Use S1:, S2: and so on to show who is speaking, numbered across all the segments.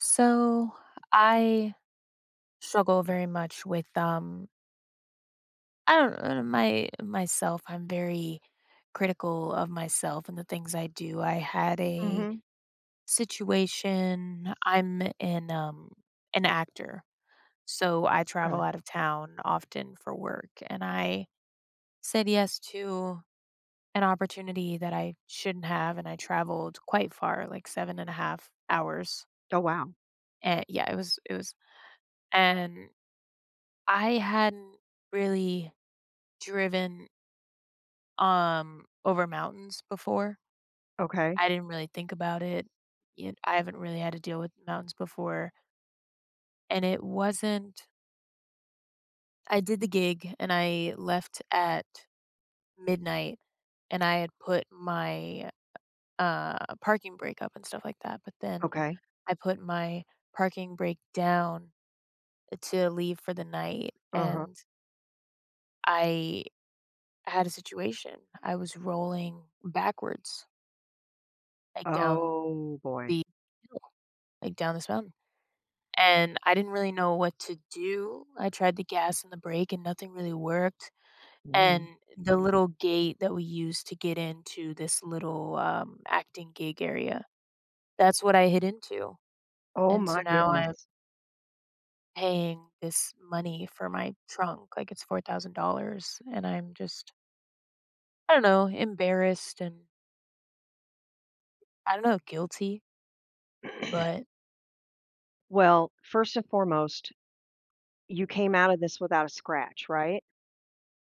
S1: So I struggle very much with I don't know my myself. I'm very critical of myself and the things I do. I had a
S2: Mhm,
S1: situation. I'm an an actor. So I
S2: okay.
S1: travel out of town often for work and I said yes to an opportunity that I shouldn't have and I traveled quite far, like seven and a half hours.
S2: Oh, wow.
S1: And yeah, it was and I hadn't really driven, over mountains before.
S2: Okay,
S1: I didn't really think about it. You I haven't really had to deal with mountains before, and it wasn't I did the gig and I left at midnight, and I had put my, parking brake up and stuff like that, but then
S2: okay.
S1: I put my parking brake down to leave for the night,
S2: Uh-huh.
S1: and I had a situation. I was rolling backwards. Down
S2: Oh, boy.
S1: the hill, like down this mountain. And I didn't really know what to do. I tried the gas and the brake and nothing really worked.
S2: Mm.
S1: And the little gate that we used to get into this little acting gig area, that's what I hit into.
S2: Oh
S1: And so
S2: my
S1: now I'm
S2: goodness.
S1: paying this money for my trunk, like it's $4,000. And I'm just, I don't know, embarrassed and I don't know, guilty. But
S2: Well, first and foremost, you came out of this without a scratch, right?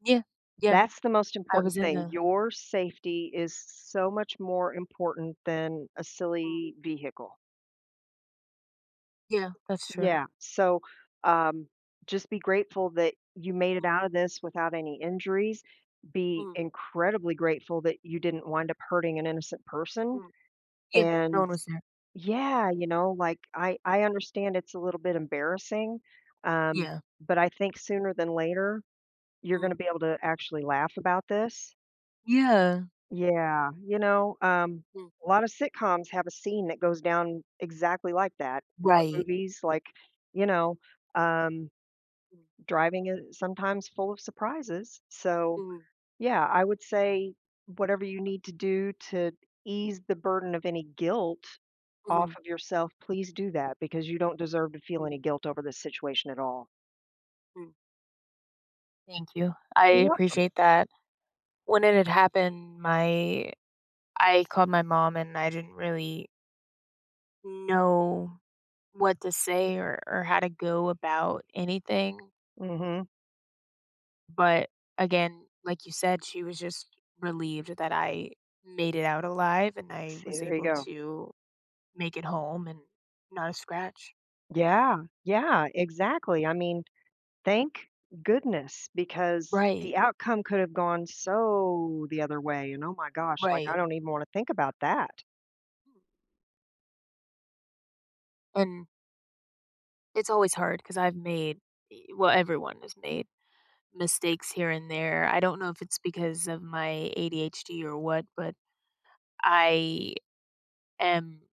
S1: yeah, yeah,
S2: That's the most
S1: I
S2: important
S1: was in
S2: thing.
S1: the,
S2: Your safety is so much more important than a
S1: mm,
S2: silly vehicle.
S1: yeah, that's true.
S2: Yeah. So, um, just be grateful that you made it
S1: Mm,
S2: out of this without any injuries. Be
S1: mm.
S2: incredibly grateful that you didn't wind up hurting an innocent person.
S1: Mm. Yeah, no
S2: And
S1: one was there.
S2: yeah, like I understand it's a little bit embarrassing, um,
S1: Yeah.
S2: but I think sooner than later you're going to
S1: Mm.
S2: be able to actually laugh about this.
S1: Yeah.
S2: Yeah,
S1: Mm.
S2: a lot of sitcoms have a scene that goes down exactly like that. A lot of
S1: Right.
S2: movies, like you know, um,
S1: Mm.
S2: driving is sometimes full of surprises. So
S1: Mhm.
S2: yeah, I would say whatever you need to do to ease the burden of any guilt off
S1: Mhm.
S2: of yourself, please do that because you don't deserve to feel
S1: Mm.
S2: any guilt over this situation at all.
S1: Mm. Thank you. I
S2: You're welcome.
S1: appreciate that. When it had happened, my I called my mom and I didn't really know what to say or how to go about anything.
S2: Mhm.
S1: But again, like you said, she was just relieved that I made it out alive and I
S2: See,
S1: was
S2: there you
S1: able
S2: go.
S1: to make it home and not a scratch.
S2: Yeah, yeah, exactly. I mean, thank goodness because
S1: Right.
S2: the outcome could have gone so the other way, and oh my gosh, like, I
S1: Right.
S2: don't even wanna think about that.
S1: And it's always hard because 'cause I've made e well, everyone has made mistakes here and there. I don't know if it's because of my ADHD or what, but I am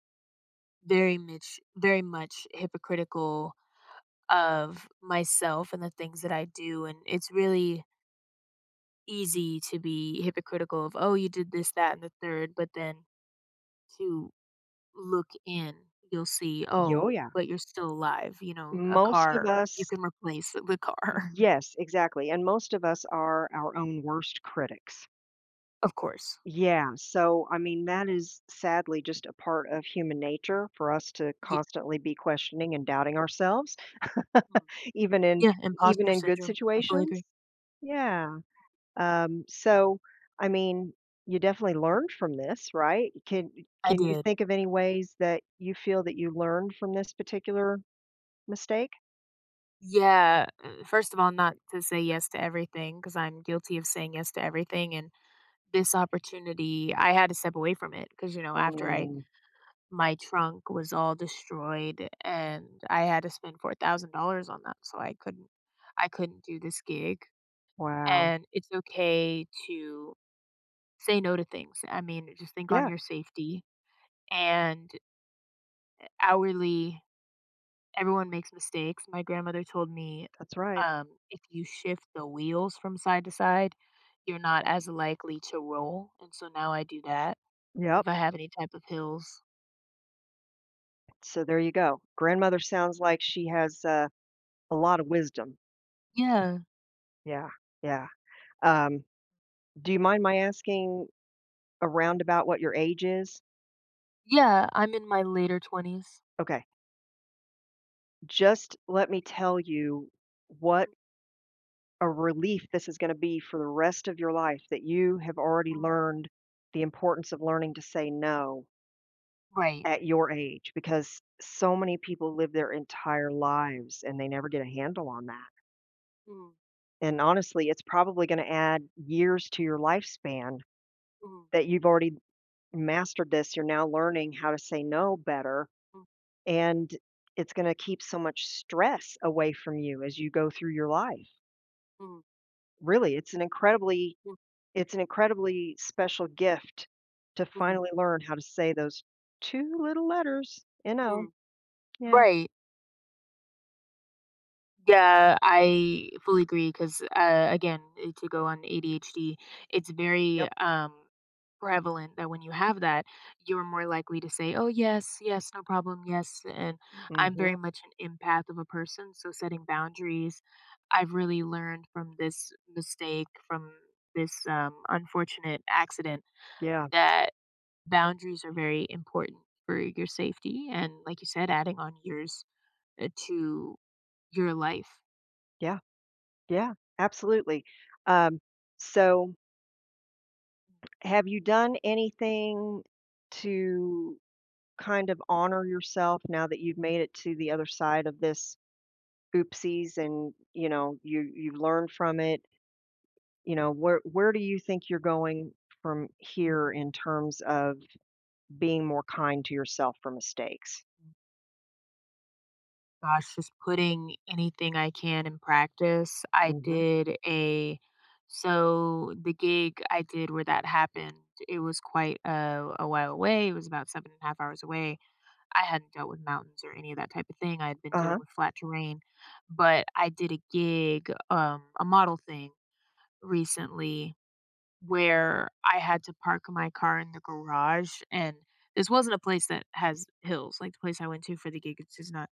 S1: very much hypocritical of myself and the things that I do, and it's really easy to be hypocritical of, "Oh, you did this, that, and the third," but then to look in, you'll see,
S2: Yo
S1: "Oh,
S2: oh, yeah.
S1: but you're still alive," you know, a
S2: Most of
S1: car you
S2: us
S1: can replace the car.
S2: yes, exactly, and most of us are our own worst critics.
S1: Of course.
S2: Yeah, so, I mean, that is sadly just a part of human nature for us to
S1: Yeah.
S2: constantly be questioning and doubting ourselves,
S1: Mhm.
S2: even in
S1: Yeah,
S2: even
S1: imposter
S2: in good
S1: syndrome. I fully
S2: situations.
S1: agree.
S2: Yeah, so, I mean, you definitely learned from this, right? Can
S1: I
S2: can you
S1: did.
S2: think of any ways that you feel that you learned from this particular mistake?
S1: Yeah, first of all, not to say yes to everything because 'cause I'm guilty of saying yes to everything, and this opportunity, I had to step away from it because you know, after I
S2: Mm,
S1: my trunk was all destroyed, and I had to spend $4,000 on that, so I couldn't do this gig,
S2: wow.
S1: and it's okay to say no to things. I mean, just think on
S2: Yeah,
S1: your safety, and hourly everyone makes mistakes. My grandmother told me,
S2: that's right.
S1: "If you shift the wheels from side to side, you're not as likely to roll." And so now I do that if
S2: Yep,
S1: I have any type of hills.
S2: so there you go. Grandmother
S1: Mm.
S2: sounds like she has, a lot of wisdom.
S1: Yeah,
S2: Yeah, yeah. Um, do you mind my asking around about what your age is?
S1: yeah, I'm in my later 20s.
S2: Okay. Just let me tell you what
S1: Mm,
S2: a relief this is gonna be for the rest of your life that you have already
S1: mm.
S2: learned the importance of learning to say no
S1: Right.
S2: at your age, because so many people live their entire lives and they never get a handle on that.
S1: Mm,
S2: And honestly, it's probably gonna add years to your lifespan
S1: mm,
S2: that you've already mastered this. You're now learning how to say no better
S1: mm,
S2: and it's going to keep so much stress away from you as you go through your life.
S1: mm,
S2: Really,
S1: mm,
S2: it's an incredibly special gift to
S1: mm,
S2: finally learn how to say those two little letters, you know.
S1: mm.
S2: Yeah.
S1: Right. Yeah, I fully agree because again, to go on ADHD, it's very
S2: Yep.
S1: prevalent that when you have that, you're more likely to say, "Oh, yes, yes, no problem, yes." And I'm
S2: Mhm.
S1: very much an empath of a person, so setting boundaries, I've really learned from this mistake, from this unfortunate accident,
S2: Yeah.
S1: that boundaries are very important for your safety. And like you said, adding on years to your life.
S2: Yeah. Yeah. Absolutely. Um so have you done anything to kind of honor yourself now that you've made it to the other side of this oopsies and you know you've learned from it? You know, where do you think you're going from
S1: Mhm.
S2: here in terms of being more kind to yourself for mistakes?
S1: Gosh, just putting anything I can in practice. I
S2: Mhm.
S1: did a So the gig I did where that happened, it was quite a while away. It was about seven and a half hours away. I hadn't dealt with mountains or any of that type of thing. I had been dealing
S2: Uh-huh.
S1: with flat terrain, but I did a gig, a model thing recently where I had to park my car in the garage and this wasn't a place that has hills. Like the place I went to for the gig, it's just not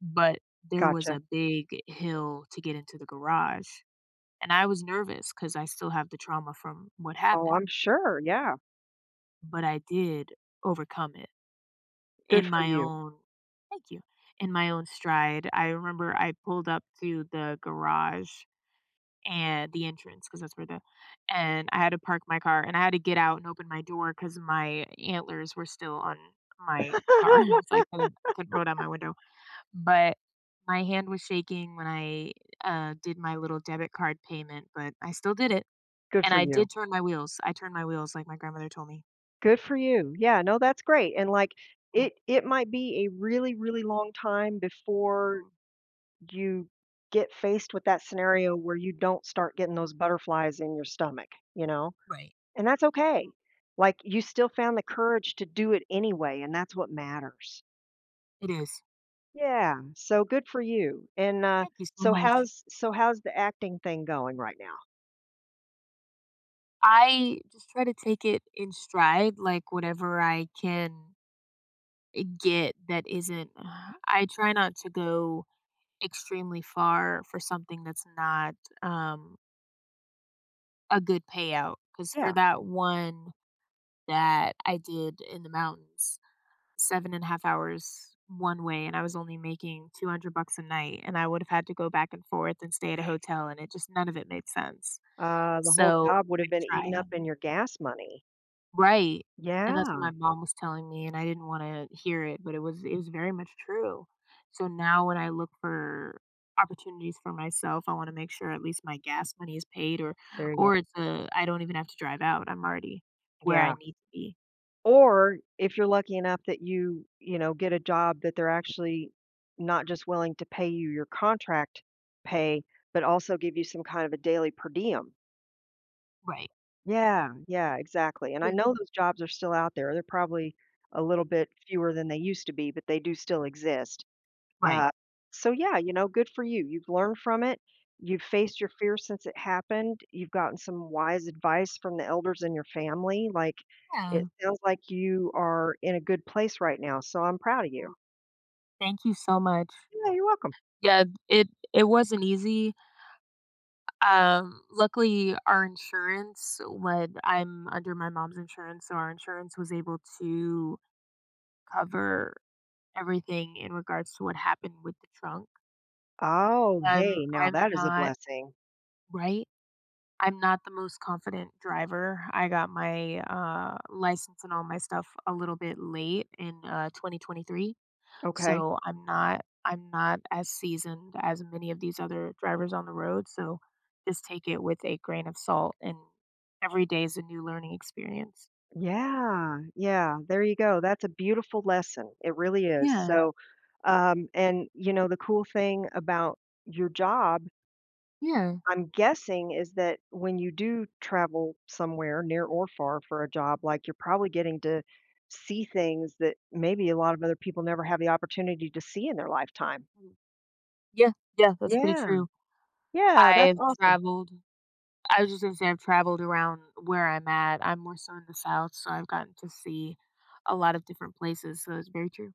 S1: but there was
S2: Gotcha.
S1: a big hill to get into the garage, and I was nervous because I still have the trauma from what
S2: Oh,
S1: happened,
S2: I'm sure, yeah.
S1: but I did overcome it
S2: Good
S1: in
S2: for
S1: my
S2: you.
S1: own Thank you. In my own stride. I remember I pulled up to the garage and the entrance, because that's where the and I had to park my car, and I had to get out and open my door because my antlers were still on my car, so I couldn't roll down my window. But my hand was shaking when I, did my little debit card payment, but I still did it,
S2: Good
S1: and
S2: for
S1: I
S2: you.
S1: did turn my wheels. I turned my wheels like my grandmother told me.
S2: Good for you. Yeah, no, that's great, and, like,
S1: Mm,
S2: it might be a really, really long time before
S1: mhm,
S2: you get faced with that scenario where you don't start getting
S1: mhm.
S2: those butterflies in your stomach, you know?
S1: Right.
S2: And that's okay.
S1: Mm.
S2: Like, you still found the courage to do it anyway, and that's what matters.
S1: It is.
S2: Yeah, so good for you, and,
S1: Thank you so
S2: so
S1: much.
S2: how's so how's the acting thing going right now?
S1: I just try to take it in stride, like whatever I can get that isn't I try not to go extremely far for something that's not um a good payout because for
S2: Yeah,
S1: that one that I did in the mountains. 7 and a half hours one way, and I was only making 200 bucks a night, and I would have had to go back and forth and stay at a hotel, and it just none of it made sense.
S2: the whole
S1: So,
S2: job would have
S1: I
S2: been
S1: try
S2: eaten up
S1: and
S2: in your gas money.
S1: Right, and that's what
S2: Yeah,
S1: my mom was telling me, and I didn't wanna hear it, but it was very much true. So now when I look for opportunities for myself, I wanna make sure at least my gas money is paid or
S2: there you go.
S1: it's, a I don't even have to drive out, I'm already where I
S2: Yeah,
S1: need to be.
S2: or if you're lucky enough that you know, get a job that they're actually not just willing to pay you your contract pay, but also give you some kind of a daily per diem.
S1: Right. Mhm.
S2: Yeah, yeah, exactly, and I
S1: Yeah.
S2: know those jobs are still out there, they're probably a little bit fewer than they used to be, but they do still exist.
S1: Right.
S2: Uh, so yeah, you know, good for you. You've learned from it. You've faced your fear since it happened. You've gotten some wise advice from the elders in your family. Like
S1: Yeah.
S2: it sounds like you are in a good place right now. So I'm proud of you.
S1: Mm. Thank you so much.
S2: Yeah, you're welcome.
S1: Yeah, it wasn't easy. Luckily, when I'm under my mom's insurance, so our insurance was able to cover everything in regards to what happened with the trunk.
S2: Oh, hey, now
S1: I'm
S2: that is a
S1: not
S2: blessing.
S1: right. I'm not the most confident driver. I got my license and all my stuff a little bit late in 2023.
S2: Okay.
S1: So I'm not as seasoned as many of these other drivers on the road, so just take it with a grain of salt and every day is a new learning experience.
S2: Yeah, yeah, there you go. That's a beautiful lesson. It really is.
S1: Yeah,
S2: So, and you know, the cool thing about your job
S1: yeah.
S2: I'm guessing is that when you do travel somewhere near or far for a job, like, you're probably getting to see things that maybe a lot of other people never have the opportunity to see in their lifetime.
S1: Mm. Yeah, yeah, that's pretty
S2: Yeah.
S1: true.
S2: Yeah, that's
S1: I've
S2: awesome.
S1: traveled I was just gonna say I've traveled around where I'm at. I'm more so in the South, so I've gotten to see a lot of different places, so it's very true.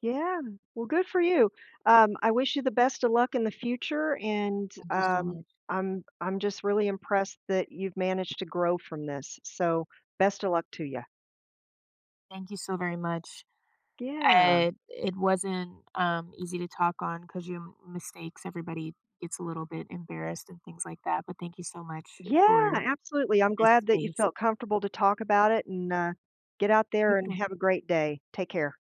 S2: Yeah. Well, good for you. I wish you the best of luck in the future, and,
S1: Thank you so much.
S2: I'm just really impressed that you've managed to grow from this, so best of luck to you.
S1: Thank you so very much.
S2: Yeah.
S1: I it wasn't, easy to talk on because your m mistakes, everybody gets a little bit embarrassed and things like that, but thank you so much
S2: Yeah,
S1: for
S2: absolutely. I'm
S1: this
S2: glad that you
S1: space.
S2: felt comfortable to talk about it and, get out
S1: Have a
S2: there
S1: good
S2: and
S1: one.
S2: have a great day. Take care.